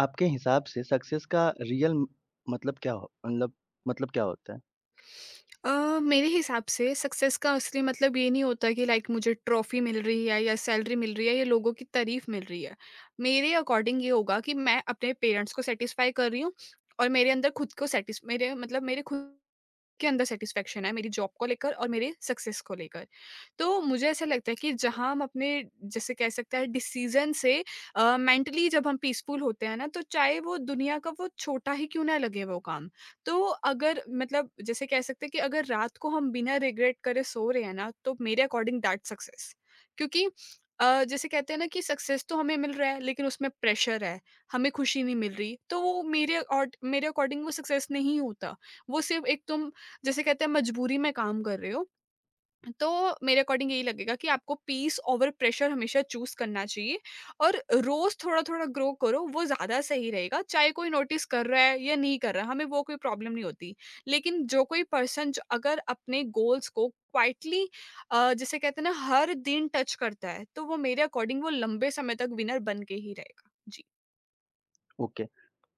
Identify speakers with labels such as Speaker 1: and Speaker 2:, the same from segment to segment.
Speaker 1: आपके हिसाब से सक्सेस का रियल म मतलब क्या हो मतलब मतलब क्या होता है?
Speaker 2: मेरे हिसाब से सक्सेस का असली मतलब ये नहीं होता कि लाइक मुझे ट्रॉफी मिल रही है या सैलरी मिल रही है या लोगों की तारीफ मिल रही है। मेरे अकॉर्डिंग ये होगा कि मैं अपने पेरेंट्स को सेटिस्फाई कर रही हूँ और मेरे अंदर खुद को सेटिस मेरे मतलब मेरे खुद के अंदर सैटिस्फैक्शन है मेरी जॉब को लेकर और मेरे सक्सेस को लेकर। तो मुझे ऐसा लगता है कि जहाँ हम अपने जैसे कह सकते हैं डिसीज़न से मेंटली जब हम पीसफुल होते हैं ना तो चाहे वो दुनिया का वो छोटा ही क्यों ना लगे वो काम। तो अगर मतलब जैसे कह सकते हैं कि अगर रात को हम बिना रिग्रेट करे सो रहे हैं ना तो मेरे अकॉर्डिंग दैट्स सक्सेस। क्योंकि जैसे कहते हैं ना कि सक्सेस तो हमें मिल रहा है लेकिन उसमें प्रेशर है, हमें खुशी नहीं मिल रही। तो वो मेरे और मेरे अकॉर्डिंग वो सक्सेस नहीं होता। वो सिर्फ़ एक तुम जैसे कहते हैं मजबूरी में काम कर रहे हो, तो मेरे अकॉर्डिंग यही लगेगा कि आपको पीस ओवर प्रेशर हमेशा चूज़ करना चाहिए और रोज़ थोड़ा-थोड़ा ग्रो करो, वो ज़्यादा सही रहेगा। चाहे कोई नोटिस कर रहा है या नहीं कर रहा, हमें वो कोई प्रॉब्लम नहीं होती। लेकिन जो कोई पर्सन जो अगर अपने गोल्स को क्वाइटली जिसे कहते हैं ना हर दिन टच करता है, तो वो मेरे अकॉर्डिंग वो लंबे समय तक विनर बन के ही रहेगा। जी।
Speaker 1: ओके।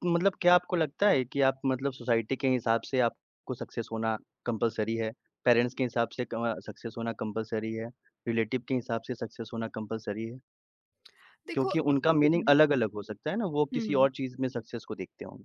Speaker 1: मतलब क्या आपको लगता है कि आप मतलब सोसाइटी के हिसाब से आपको सक्सेस होना कंपल्सरी है, पेरेंट्स के हिसाब से क सक्सेस होना कंपल्सरी है, रिलेटिव के हिसाब से सक्सेस होना कंपल्सरी है?
Speaker 2: देखो।
Speaker 1: क्योंकि उनका मीनिंग
Speaker 2: हुँ,
Speaker 1: अलग-अलग हो सकता है ना, वो किसी
Speaker 2: हुँ।
Speaker 1: और चीज़ में सक्सेस को देखते होंगे।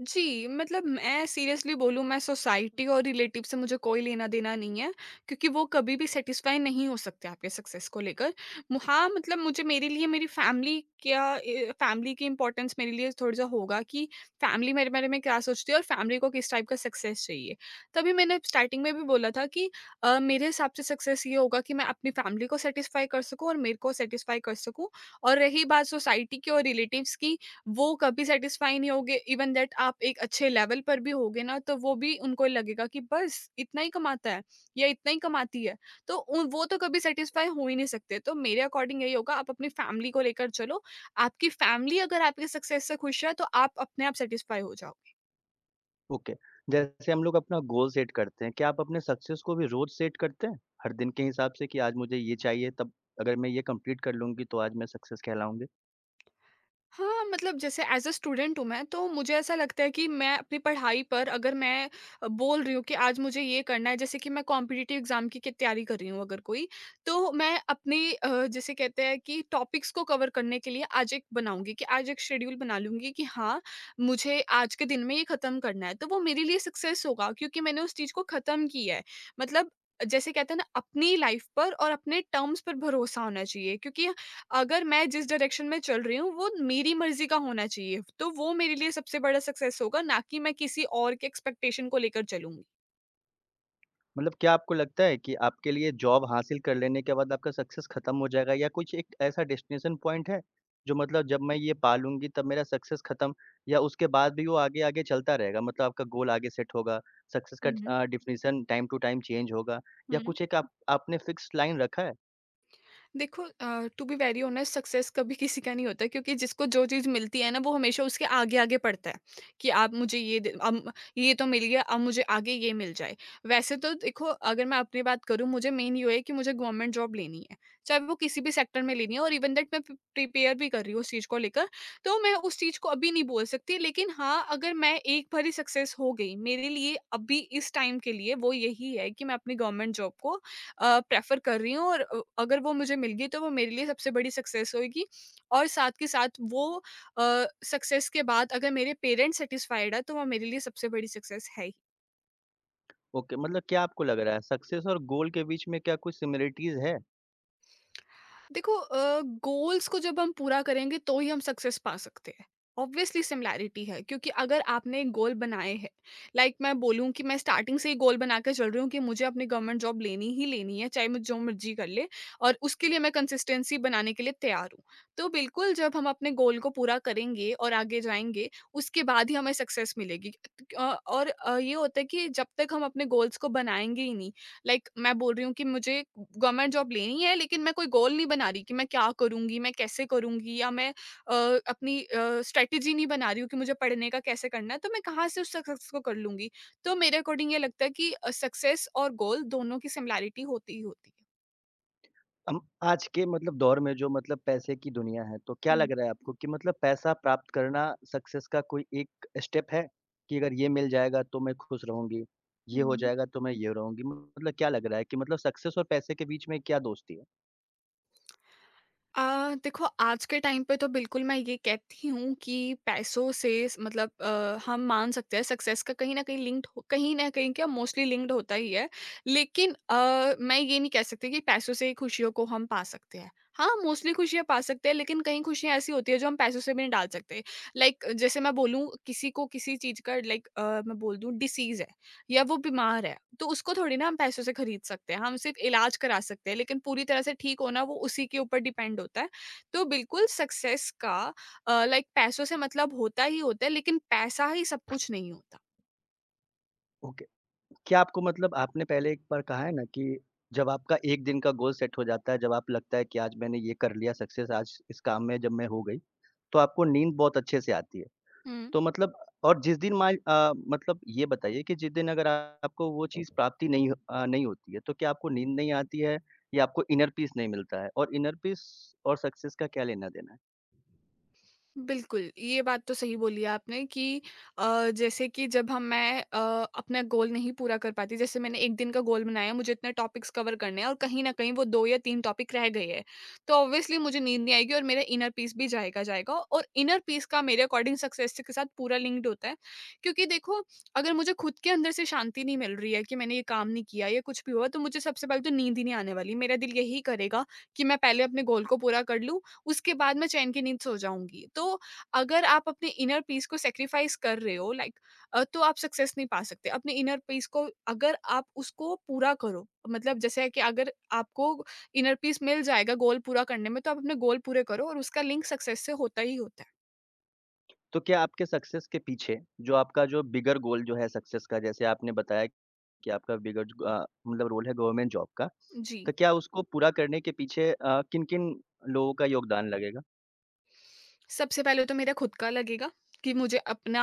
Speaker 2: जी, मतलब मैं सीरियसली बोलूँ मैं सोसाइटी और रिलेटिव से मुझे कोई लेना-देना नहीं है, क्योंकि वो कभी भी सैटिस्फाई नहीं हो सकते आपके सक्सेस को लेकर। मु हाँ, मतलब मुझे मेरे लिए मेरी फैमिली की इम्पोर्टेंस मेरे लिए थोड़ा-सा होगा कि फैमिली मेरे बारे में क्या सोचती है और फैमिली को किस टाइप का सक्सेस चाहिए। तभी मैंने स्टार्टिंग में भी बोला था कि मेरे हिसाब से सक्सेस ये होगा कि मैं अपनी फैमिली को सैटिस्फाई कर सकूँ और मेरे को सैटिस्फाई कर सकूँ। और रही बात सोसाइटी की और रिलेटिव्स की, वो कभी सेटिस्फाई नहीं होगे इवन दैट आप एक अच्छे लेवल पर भी होगे ना तो वो भी उनको लगेगा कि बस इतना ही कमाता है या इतना ही कमाती है। तो वो तो कभी सेटिस्फाई हो ही नहीं सकते। तो मेरे अकॉर्डिंग यही होगा आप अपनी फैमिली को लेकर चलो। आपकी फैमिली अगर आपके सक्सेस से खुश है तो आप अपने आप सेटिस्फाई हो जाओ।
Speaker 1: ओके, जैसे हम लोग अपना गोल सेट करते हैं, क्या आप अपने सक्सेस को भी रोज़ सेट करते हैं? हर दिन के हिसाब से, कि आज मुझे ये चाहिए, तब अगर मैं ये कंप्लीट कर लूँगी तो आज मैं सक्सेस कहलाऊँगी?
Speaker 2: हाँ, मतलब जैसे एज़ अ स्टूडेंट हूँ मैं, तो मुझे ऐसा लगता है कि मैं अपनी पढ़ाई पर अगर मैं बोल रही हूँ कि आज मुझे ये करना है, जैसे कि मैं कॉम्पिटिटिव एग्ज़ाम की क तैयारी कर रही हूँ अगर कोई, तो मैं अपनी जिसे कहते हैं कि टॉपिक्स को कवर करने के लिए आज एक शेड्यूल बना लूँगी कि हाँ, मुझे आज के दिन में ये ख़त्म करना है। तो वो मेरे लिए सक्सेस होगा क्योंकि मैंने उस चीज़ को ख़त्म किया है। मतलब जैसे कहते हैं ना अपनी लाइफ़ पर और अपने टर्म्स पर भरोसा होना चाहिए क्योंकि अगर मैं जिस डायरेक्शन में चल रही हूँ वो मेरी मर्ज़ी का होना चाहिए, तो वो मेरे लिए सबसे बड़ा सक्सेस होगा ना कि मैं किसी और के एक्सपेक्टेशन को लेकर चलूँगी।
Speaker 1: मतलब क्या आपको लगता है कि आपके लिए जॉब हासिल कर लेने के बाद आपका सक्सेस खत्म हो जाएगा, या कुछ एक ऐसा डेस्टिनेशन पॉइंट है, जो मतलब जब मैं ये पा लूँगी तब मेरा सक्सेस खत्म, या उसके बाद भी वो आगे-आगे चलता रहेगा? मतलब आपका गोल आगे सेट होगा, सक्सेस का
Speaker 2: हुँ, हुँ।
Speaker 1: Definition time to time change होगा, या
Speaker 2: हुँ।
Speaker 1: कुछ एक आप आपने फिक्स्ड लाइन रखा है?
Speaker 2: देखो, to be very honest success कभी किसी का नहीं होता क्योंकि जिसको जो चीज़ मिलती है ना वो हमेशा उसके आगे आगे पड़ता है कि आप मुझे ये दे- अब ये तो मिल गया अब मुझे आगे ये मिल जाए। वैसे तो देखो अगर मैं अपनी बात करूँ मुझे मेन ये है कि मुझे गवर्नमेंट जॉब लेनी है चाहे वो किसी भी सेक्टर में लेनी है और इवन दैट मैं प्रिपेयर भी कर रही हूँ उस चीज़ को लेकर। तो मैं उस चीज़ को अभी नहीं बोल सकती लेकिन हाँ अगर मैं एक बार ही सक्सेस हो गई मेरे लिए अभी इस टाइम के लिए वो यही है कि मैं अपनी गवर्नमेंट जॉब को प्रेफ़र कर रही हूँ और अगर वो मुझे मिल गई तो वो मेरे लिए सबसे बड़ी सक्सेस होएगी। और साथ के साथ वो सक्सेस के बाद अगर मेरे पेरेंट्स सैटिस्फाइड है तो वो मेरे लिए सबसे बड़ी सक्सेस है ही।
Speaker 1: ओके, मतलब क्या आपको लग रहा है, सक्सेस और गोल के बीच में क्या कुछ सिमिलरिटीज़ है?
Speaker 2: देखो, गोल्स को जब हम पूरा करेंगे तो ही हम सक्सेस पा सकते हैं। ऑब्वियसली सिमिलैरिटी है क्योंकि अगर आपने एक गोल बनाए हैं। लाइक मैं बोलूँ कि मैं स्टार्टिंग से ही गोल बना के चल रही हूँ कि मुझे अपनी गवर्नमेंट जॉब लेनी ही लेनी है चाहे मुझे जो मर्जी कर ले और उसके लिए मैं कंसिस्टेंसी बनाने के लिए तैयार हूँ। तो बिल्कुल जब हम अपने गोल को पूरा करेंगे और आगे जाएंगे उसके बाद ही हमें सक्सेस मिलेगी। और ये होता है कि जब तक हम अपने गोल्स को बनाएंगे ही नहीं। Like, मैं बोल रही हूँ कि मुझे गवर्नमेंट जॉब लेनी है लेकिन मैं कोई गोल नहीं बना रही कि मैं क्या करूँगी, मैं कैसे करूँगी या मैं अ, अपनी अ, स्ट्रैटेजी नहीं बना रही हूँ कि मुझे पढ़ने का कैसे करना है, तो मैं कहाँ से उस सक्सेस को कर लूँगी? तो मेरे अकॉर्डिंग ये लगता है कि सक्सेस और गोल दोनों की सिमिलैरिटी होती ही होती है।
Speaker 1: आज के मतलब दौर में जो मतलब पैसे की दुनिया है, तो क्या
Speaker 2: हुँ,
Speaker 1: लग रहा है आपको, कि मतलब पैसा प्राप्त करना सक्सेस का कोई एक स्टेप है? कि अगर ये मिल जाएगा तो मैं खुश रहूँगी, ये हो
Speaker 2: हुँ।
Speaker 1: जाएगा तो मैं ये रहूँगी। मतलब क्या लग रहा है कि मतलब सक्सेस और पैसे के बीच में क्या दोस्ती है?
Speaker 2: देखो आज के टाइम पे तो बिल्कुल मैं ये कहती हूँ कि पैसों से स- मतलब अ, हम मान सकते हैं सक्सेस का कहीं ना कहीं लिंक्ड हो, कहीं ना कहीं क्या मोस्टली लिंक्ड होता ही है। लेकिन मैं ये नहीं कह सकती कि पैसों से ही खुशियों को हम पा सकते हैं। हाँ मोस्टली खुशियाँ पा सकते हैं लेकिन कहीं खुशियाँ ऐसी होती है जो हम पैसों से भी नहीं डाल सकते। Like, जैसे मैं बोलूँ किसी को किसी चीज़ का मैं बोल दूँ डिसीज है या वो बीमार है तो उसको थोड़ी ना हम पैसों से खरीद सकते हैं। हम सिर्फ इलाज करा सकते हैं लेकिन पूरी तरह से ठीक होना वो उसी के ऊपर डिपेंड होता है। तो बिल्कुल सक्सेस का लाइक पैसों से मतलब होता ही होता है लेकिन पैसा ही सब कुछ नहीं होता।
Speaker 1: ओके, क्या आपको, मतलब आपने पहले एक बार कहा है ना, कि जब आपका एक दिन का गोल सेट हो जाता है, जब आप लगता है कि आज मैंने ये कर लिया, सक्सेस आज इस काम में जब मैं हो गई, तो आपको नींद बहुत अच्छे से आती है। तो मतलब, और जिस दिन मतलब ये बताइए, कि जिस दिन अगर आपको वो चीज़ प्राप्ति नहीं होती है, तो क्या आपको नींद नहीं आती है, या आपको इनर पीस नहीं मिलता है? और इनर पीस और सक्सेस का क्या लेना-देना है?
Speaker 2: बिल्कुल, ये बात तो सही बोली आपने कि जैसे कि जब हम मैं अ, अपना गोल नहीं पूरा कर पाती, जैसे मैंने 1 दिन का गोल बनाया, मुझे इतने टॉपिक्स कवर करने हैं और कहीं न कहीं वो 2 या 3 टॉपिक रह गए हैं। तो ऑब्वियसली मुझे नींद नहीं आएगी और मेरा इनर पीस भी जाएगा। और इनर पीस का मेरे अकॉर्डिंग सक्सेस के साथ पूरा लिंक्ड होता है। क्योंकि देखो, अगर मुझे खुद के अंदर से शांति नहीं मिल रही है कि मैंने ये काम नहीं किया या कुछ भी हुआ, तो मुझे सबसे पहले तो नींद ही नहीं आने वाली। मेरा दिल यही करेगा कि मैं पहले अपने गोल को पूरा कर लूँ। उसके बाद मैं चैन की नींद सो जाऊँगी। तो अगर आप अपने इनर पीस को सैक्रिफाइस कर रहे हो तो आप सक्सेस नहीं पा सकते। अपने इनर पीस को अगर आप उसको पूरा करो, मतलब जैसे है कि अगर आपको इनर पीस मिल जाएगा गोल पूरा करने में, तो आप अपने गोल पूरे करो और उसका लिंक सक्सेस से होता ही होता है।
Speaker 1: तो क्या आपके सक्सेस के पीछे, जो आपका जो बिगर गोल जो है सक्सेस का, जैसे आपने बताया कि आपका बिगर मतलब रोल है गवर्नमेंट जॉब का,
Speaker 2: जी।
Speaker 1: तो क्या उसको पूरा करने के पीछे किन-किन लोगों का योगदान लगेगा?
Speaker 2: सबसे पहले तो मेरा खुद का लगेगा कि मुझे अपना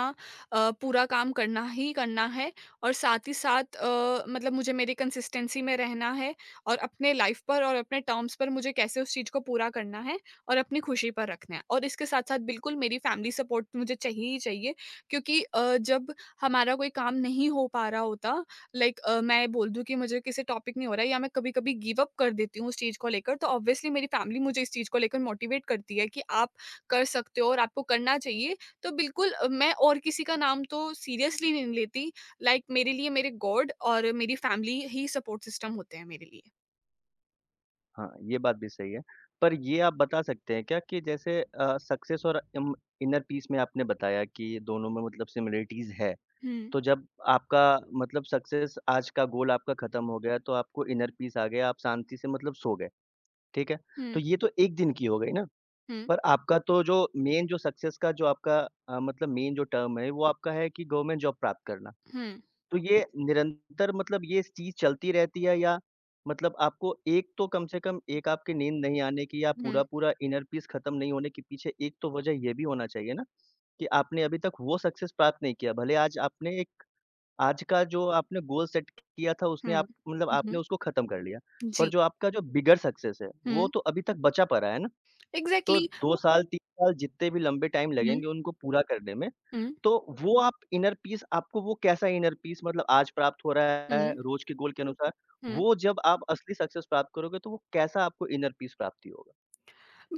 Speaker 2: अ, पूरा काम करना ही करना है और साथ ही साथ मतलब मुझे मेरी कंसिस्टेंसी में रहना है और अपने लाइफ पर और अपने टर्म्स पर मुझे कैसे उस चीज़ को पूरा करना है और अपनी खुशी पर रखना है। और इसके साथ साथ बिल्कुल मेरी फैमिली सपोर्ट मुझे चाहिए ही चाहिए क्योंकि जब हमारा कोई काम नहीं हो पा रहा होता। लाइक मैं बोल दूँ कि मुझे किसी टॉपिक नहीं हो रहा है या मैं कभी कभी गिव अप कर देती हूँ उस चीज़ को लेकर तो ऑब्वियसली मेरी फैमिली मुझे इस चीज़ को लेकर मोटिवेट करती है कि आप कर सकते हो और आपको करना चाहिए। तो बिल्कुल मैं और किसी का नाम तो सीरियसली नहीं लेती। लाइक मेरे लिए मेरे गॉड और मेरी फैमिली ही सपोर्ट सिस्टम होते हैं मेरे लिए।
Speaker 1: हाँ, ये बात भी सही है। पर ये आप बता सकते हैं क्या, कि जैसे सक्सेस और इम इनर पीस में आपने बताया कि दोनों में मतलब सिमिलरिटीज़ है।
Speaker 2: हुँ,
Speaker 1: तो जब आपका मतलब सक्सेस, आज का गोल आपका ख़त्म हो गया, तो आपको इनर पीस आ गया, आप शांति से मतलब सो गए, ठीक है?
Speaker 2: हुँ,
Speaker 1: तो ये तो एक दिन की हो गई ना,
Speaker 2: हुँ,
Speaker 1: पर आपका तो जो मेन जो सक्सेस का जो आपका मतलब मेन जो टर्म है, वो आपका है कि गवर्नमेंट जॉब प्राप्त करना।
Speaker 2: हुँ,
Speaker 1: तो ये निरंतर, मतलब ये चीज़ चलती रहती है, या मतलब आपको एक तो कम से कम, एक आपकी नींद नहीं आने की, या
Speaker 2: हुँ,
Speaker 1: पूरा-पूरा इनर पीस खत्म नहीं होने के पीछे एक तो वजह ये भी होना चाहिए ना, कि आपने अभी तक वो सक्सेस प्राप्त नहीं किया। भले आज आपने एक, आज का जो आपने गोल सेट किया था, उसने
Speaker 2: हुँ।
Speaker 1: आप मतलब
Speaker 2: हुँ,
Speaker 1: आपने
Speaker 2: हुँ।
Speaker 1: उसको खत्म कर लिया। पर
Speaker 2: जी।
Speaker 1: जो आपका जो बिगर सक्सेस है, वो
Speaker 2: हुँ,
Speaker 1: तो अभी तक बचा पड़ा है ना? तो
Speaker 2: एग्ज़ैक्टली।
Speaker 1: 2 साल, 3 साल जितने भी लंबे टाइम
Speaker 2: हुँ,
Speaker 1: लगेंगे उनको पूरा करने में,
Speaker 2: हुँ,
Speaker 1: तो वो आप, इनर पीस आपको वो कैसा इनर पीस मतलब आज प्राप्त हो रहा है
Speaker 2: हुँ,
Speaker 1: रोज़ के गोल के अनुसार,
Speaker 2: हुँ।
Speaker 1: वो जब आप असली सक्सेस प्राप्त करोगे, तो वो कैसा आपको इनर पीस प्राप्ति होगा?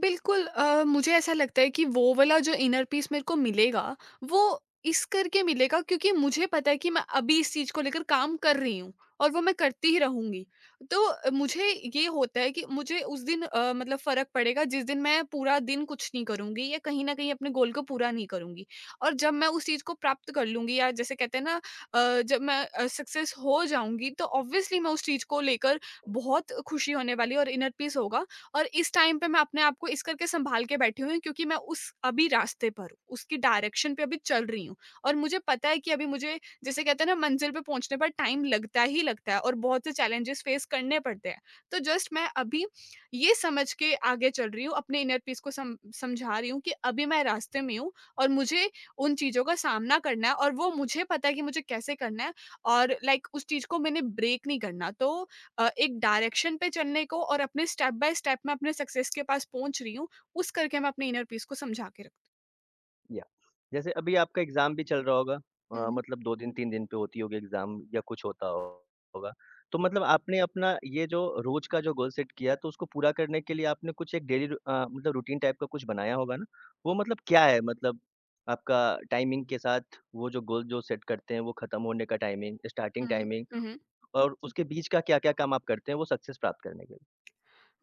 Speaker 2: बिल्कुल मुझे ऐसा लगता है कि वो वाला जो इनर पीस मेरे को मिलेगा, वो इस करके मिलेगा क्योंकि मुझे पता है कि मैं अभी इस चीज़ को लेकर काम कर रही हूँ और वो मैं करती ही रहूँगी। तो मुझे ये होता है कि मुझे उस दिन मतलब फ़र्क पड़ेगा जिस दिन मैं पूरा दिन कुछ नहीं करूँगी या कहीं न कहीं अपने गोल को पूरा नहीं करूँगी। और जब मैं उस चीज़ को प्राप्त कर लूँगी या जैसे कहते हैं ना जब मैं सक्सेस हो जाऊँगी तो ऑब्वियसली मैं उस चीज़ को लेकर बहुत खुशी होने वाली है और इनर पीस होगा। और इस टाइम पे मैं अपने आप को इस करके संभाल के बैठी हुई हूँ क्योंकि मैं उस अभी रास्ते पर हूँ, उसकी डायरेक्शन पे अभी चल रही हूँ। और मुझे पता है कि अभी मुझे जैसे कहते हैं ना मंजिल पे पहुंचने पर टाइम लगता ही लगता है और बहुत से चैलेंजेस फेस करने पड़ते हैं। तो जस्ट मैं अभी ये समझ के आगे चल रही हूँ, अपने इनर पीस को समझा रही हूँ कि अभी मैं रास्ते में हूँ और मुझे उन चीज़ों का सामना करना है और वो मुझे पता है कि मुझे कैसे करना है। और लाइक उस चीज़ को मैंने ब्रेक नहीं करना, तो एक डायरेक्शन पे चलने को और अपने स्टेप बाय स्टेप मैं अपने सक्सेस के पास पहुँच रही हूँ, उस करके मैं अपने इनर पीस को समझा के रखती हूँ।
Speaker 1: या जैसे अभी आपका एग्ज़ाम भी चल रहा होगा,
Speaker 2: हुँ,
Speaker 1: मतलब 2 दिन, 3 दिन पे होती होगी एग्ज़ाम, या कुछ होता होगा। तो मतलब आपने अपना ये जो रोज़ का जो गोल सेट किया, तो उसको पूरा करने के लिए आपने कुछ एक डेली मतलब रूटीन टाइप का कुछ बनाया होगा ना? वो मतलब क्या है, मतलब आपका टाइमिंग के साथ वो जो गोल जो सेट करते हैं, वो ख़त्म होने का टाइमिंग, स्टार्टिंग
Speaker 2: हुँ,
Speaker 1: टाइमिंग,
Speaker 2: हुँ, हुँ।
Speaker 1: और जी। उसके बीच का क्या-क्या काम आप करते हैं वो सक्सेस प्राप्त करने के लिए?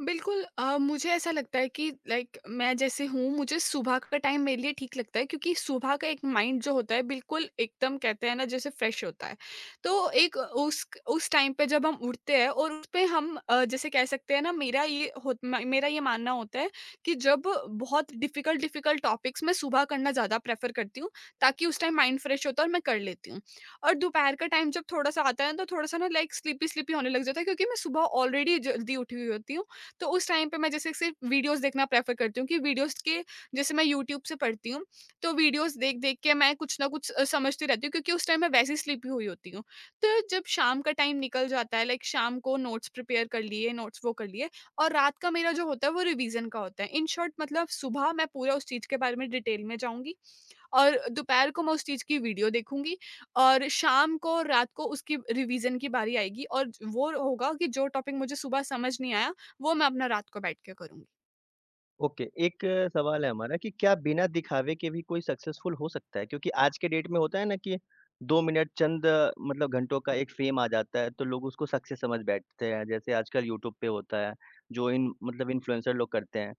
Speaker 2: बिल्कुल मुझे ऐसा लगता है कि लाइक मैं जैसे हूँ, मुझे सुबह का टाइम मेरे लिए ठीक लगता है क्योंकि सुबह का एक माइंड जो होता है बिल्कुल एकदम कहते हैं ना जैसे फ्रेश होता है। तो एक उस टाइम पे जब हम उठते हैं और उस पे हम जैसे कह सकते हैं ना मेरा ये मेरा ये मानना होता है कि जब बहुत डिफिकल्ट डिफिकल्ट टॉपिक्स मैं सुबह करना ज़्यादा प्रेफर करती हूँ ताकि उस टाइम माइंड फ्रेश होता है और मैं कर लेती हूँ। और दोपहर का टाइम जब थोड़ा सा आता है ना तो थोड़ा सा ना लाइक स्लीपी स्लीपी होने लग जाता है क्योंकि मैं सुबह ऑलरेडी जल्दी उठी हुई होती हूँ। तो उस टाइम पे मैं जैसे सिर्फ वीडियोज़ देखना प्रेफ़र करती हूँ कि वीडियोज़ के जैसे मैं यूट्यूब से पढ़ती हूँ, तो वीडियोज़ देख-देख के मैं कुछ न कुछ समझती रहती हूँ क्योंकि उस टाइम मैं वैसे ही स्लीपी हुई होती हूँ। तो जब शाम का टाइम निकल जाता है, लाइक शाम को नोट्स प्रिपेयर कर लिए, नोट्स वो कर लिए, और रात का मेरा जो होता है वो रिवीज़न का होता है। इन शॉर्ट मतलब सुबह मैं पूरा उस चीज़ के बारे में डिटेल में जाऊँगी और दोपहर को मैं उस चीज़ की वीडियो देखूँगी, और शाम को, और रात को उसकी रिवीज़न की बारी आएगी और वो होगा कि जो टॉपिक मुझे सुबह समझ नहीं आया, वो मैं अपना रात को बैठ के करूँगी।
Speaker 1: ओके, एक सवाल है हमारा, कि क्या बिना दिखावे के भी कोई सक्सेसफुल हो सकता है? क्योंकि आज के डेट में होता है ना, कि 2 मिनट, चंद मतलब घंटों का एक फ़ेम आ जाता है, तो लोग उसको सक्सेस समझ बैठते हैं। जैसे आजकल यूट्यूब पे होता है, जो इन मतलब इन्फ्लुएंसर लोग करते हैं।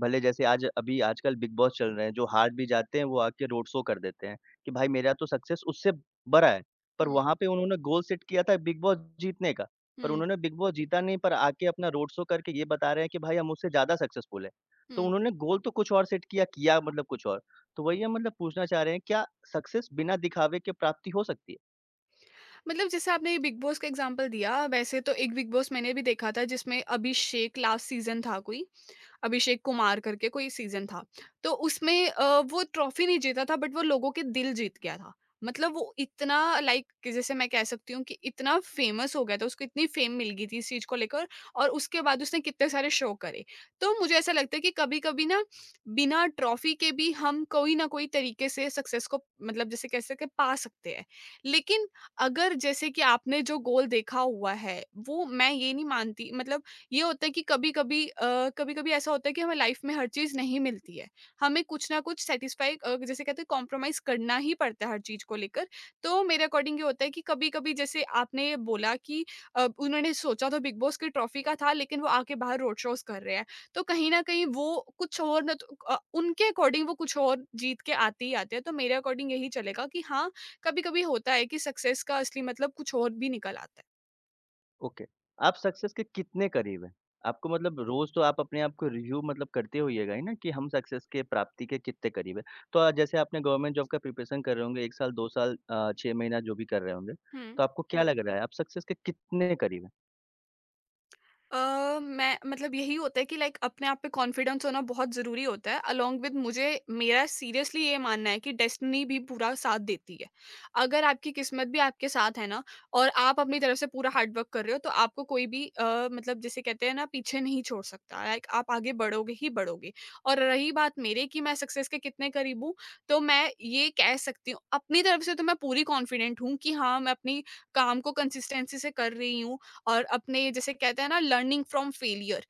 Speaker 1: भले जैसे आज अभी आजकल बिग बॉस चल रहे हैं, जो हार भी जाते हैं वो आके रोड शो कर देते हैं कि भाई मेरा तो सक्सेस उससे बड़ा है। पर
Speaker 2: हुँ,
Speaker 1: वहाँ पे उन्होंने गोल सेट किया था बिग बॉस जीतने का, पर
Speaker 2: हुँ,
Speaker 1: उन्होंने बिग बॉस जीता नहीं, पर आके अपना रोड शो करके ये बता रहे हैं कि भाई, हम उससे ज़्यादा सक्सेसफुल हैं। तो
Speaker 2: हुँ।
Speaker 1: उन्होंने गोल तो कुछ और सेट किया, किया मतलब कुछ और। तो वही हम मतलब पूछना चाह रहे हैं, क्या सक्सेस बिना दिखावे के प्राप्ति हो सकती है?
Speaker 2: मतलब जैसे आपने ये बिग बॉस का एग्ज़ाम्पल दिया, वैसे तो एक बिग बॉस मैंने भी देखा था जिसमें अभिषेक लास्ट सीज़न था कोई। अभिषेक कुमार करके कोई सीजन था। तो उसमें वो ट्रॉफी नहीं जीता था बट वो लोगों के दिल जीत गया था। मतलब वो इतना लाइक जैसे मैं कह सकती हूँ कि इतना फेमस हो गया था, उसको इतनी फेम मिल गई थी इस चीज़ को लेकर, और उसके बाद उसने कितने सारे शो करे। तो मुझे ऐसा लगता है कि कभी-कभी ना बिना ट्रॉफी के भी हम कोई न कोई तरीके से सक्सेस को मतलब जैसे कह सकते हैं पा सकते हैं। लेकिन अगर जैसे कि आपने जो गोल देखा हुआ है, वो मैं ये नहीं मानती। मतलब ये होता है कि कभी-कभी ऐसा होता है कि हमें लाइफ में हर चीज़ नहीं मिलती है। हमें कुछ ना कुछ जैसे कहते हैं कॉम्प्रोमाइज़ करना ही पड़ता है हर चीज़ को लेकर। तो मेरे अकॉर्डिंग ये होता है कि कभी-कभी जैसे आपने बोला कि उन्होंने सोचा तो बिग बॉस की ट्रॉफ़ी का था लेकिन वो आके बाहर रोड शोज़ कर रहे हैं। तो कहीं न कहीं वो कुछ और न तो अ, उनके अकॉर्डिंग वो कुछ और जीत के आते ही आते हैं। तो मेरे अकॉर्डिंग यही चलेगा कि हाँ, कभी-कभी होता है कि सक्सेस का असली मतलब कुछ और भी निकल आता है।
Speaker 1: ओके, आप सक्सेस के कितने करीब हैं? आपको मतलब रोज़ तो आप अपने आप को रिव्यू मतलब करते होइएगा ही ना, कि हम सक्सेस के प्राप्ति के कितने करीब हैं। तो जैसे आपने गवर्नमेंट जॉब का प्रिपरेशन कर रहे होंगे, 1 साल, 2 साल 6 महीना जो भी कर रहे होंगे,
Speaker 2: हुँ।
Speaker 1: तो आपको क्या लग रहा है आप सक्सेस के कितने करीब हैं?
Speaker 2: अ, मैं मतलब यही होता है कि लाइक अपने आप पे कॉन्फिडेंस होना बहुत ज़रूरी होता है, अलोंग विद मुझे मेरा सीरियसली ये मानना है कि डेस्टिनी भी पूरा साथ देती है। अगर आपकी किस्मत भी आपके साथ है ना और आप अपनी तरफ से पूरा हार्ड वर्क कर रहे हो, तो आपको कोई भी मतलब जिसे कहते हैं ना पीछे नहीं छोड़ सकता। लाइक आप आगे बढ़ोगे ही बढ़ोगे। और रही बात मेरे कि मैं सक्सेस के कितने करीब हूँ, तो मैं ये कह सकती हूँ अपनी तरफ से तो मैं पूरी कॉन्फिडेंट हूँ कि हाँ, मैं अपनी काम को कंसिस्टेंसी से कर रही हूँ। और अपने जैसे कहते हैं ना लर्निंग फ्रॉम फेलियर,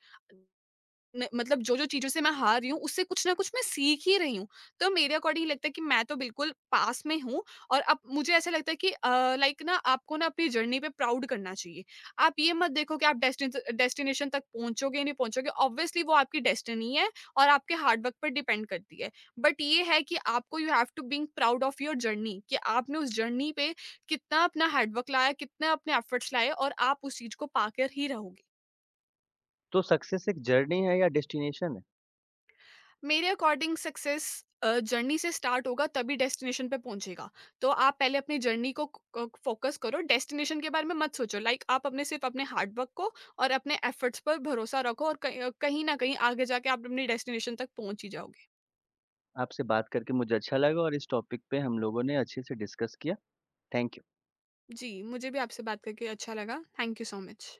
Speaker 2: न मतलब जो-जो चीज़ों से मैं हार रही हूँ, उससे कुछ न कुछ मैं सीख ही रही हूँ। तो मेरे अकॉर्डिंग लगता है कि मैं तो बिल्कुल पास में हूँ। और अब मुझे ऐसा लगता है कि लाइक ना आपको ना अपनी जर्नी पे प्राउड करना चाहिए। आप ये मत देखो कि आप डेस्टिनेशन तक पहुँचोगे, नहीं पहुँचोगे, ऑब्वियसली वो आपकी डेस्टिनी है और आपके हार्ड वर्क पर डिपेंड करती है। बट ये है कि आपको you have to being proud of your journey कि आपने उस जर्नी पे कितना अपना हार्ड वर्क लाया, कितना अपने एफर्ट्स लाए और आप उस चीज़ को पाकर ही रहोगे।
Speaker 1: तो सक्सेस एक जर्नी है या डेस्टिनेशन है?
Speaker 2: मेरे अकॉर्डिंग सक्सेस जर्नी से स्टार्ट होगा तभी डेस्टिनेशन पे पहुंचेगा। तो आप पहले अपनी जर्नी को फोकस करो, डेस्टिनेशन के बारे में मत सोचो। आप अपने सिर्फ अपने हार्डवर्क को और अपने एफर्ट्स पर भरोसा रखो और कहीं ना कहीं आगे जाके आप अपनी डेस्टिनेशन तक पहुंच ही जाओगे।
Speaker 1: आपसे बात करके मुझे अच्छा लगा और इस टॉपिक पे हम लोगों ने अच्छे से डिस्कस किया। Thank you.
Speaker 2: जी, मुझे भी आपसे बात करके अच्छा लगा। Thank you so much.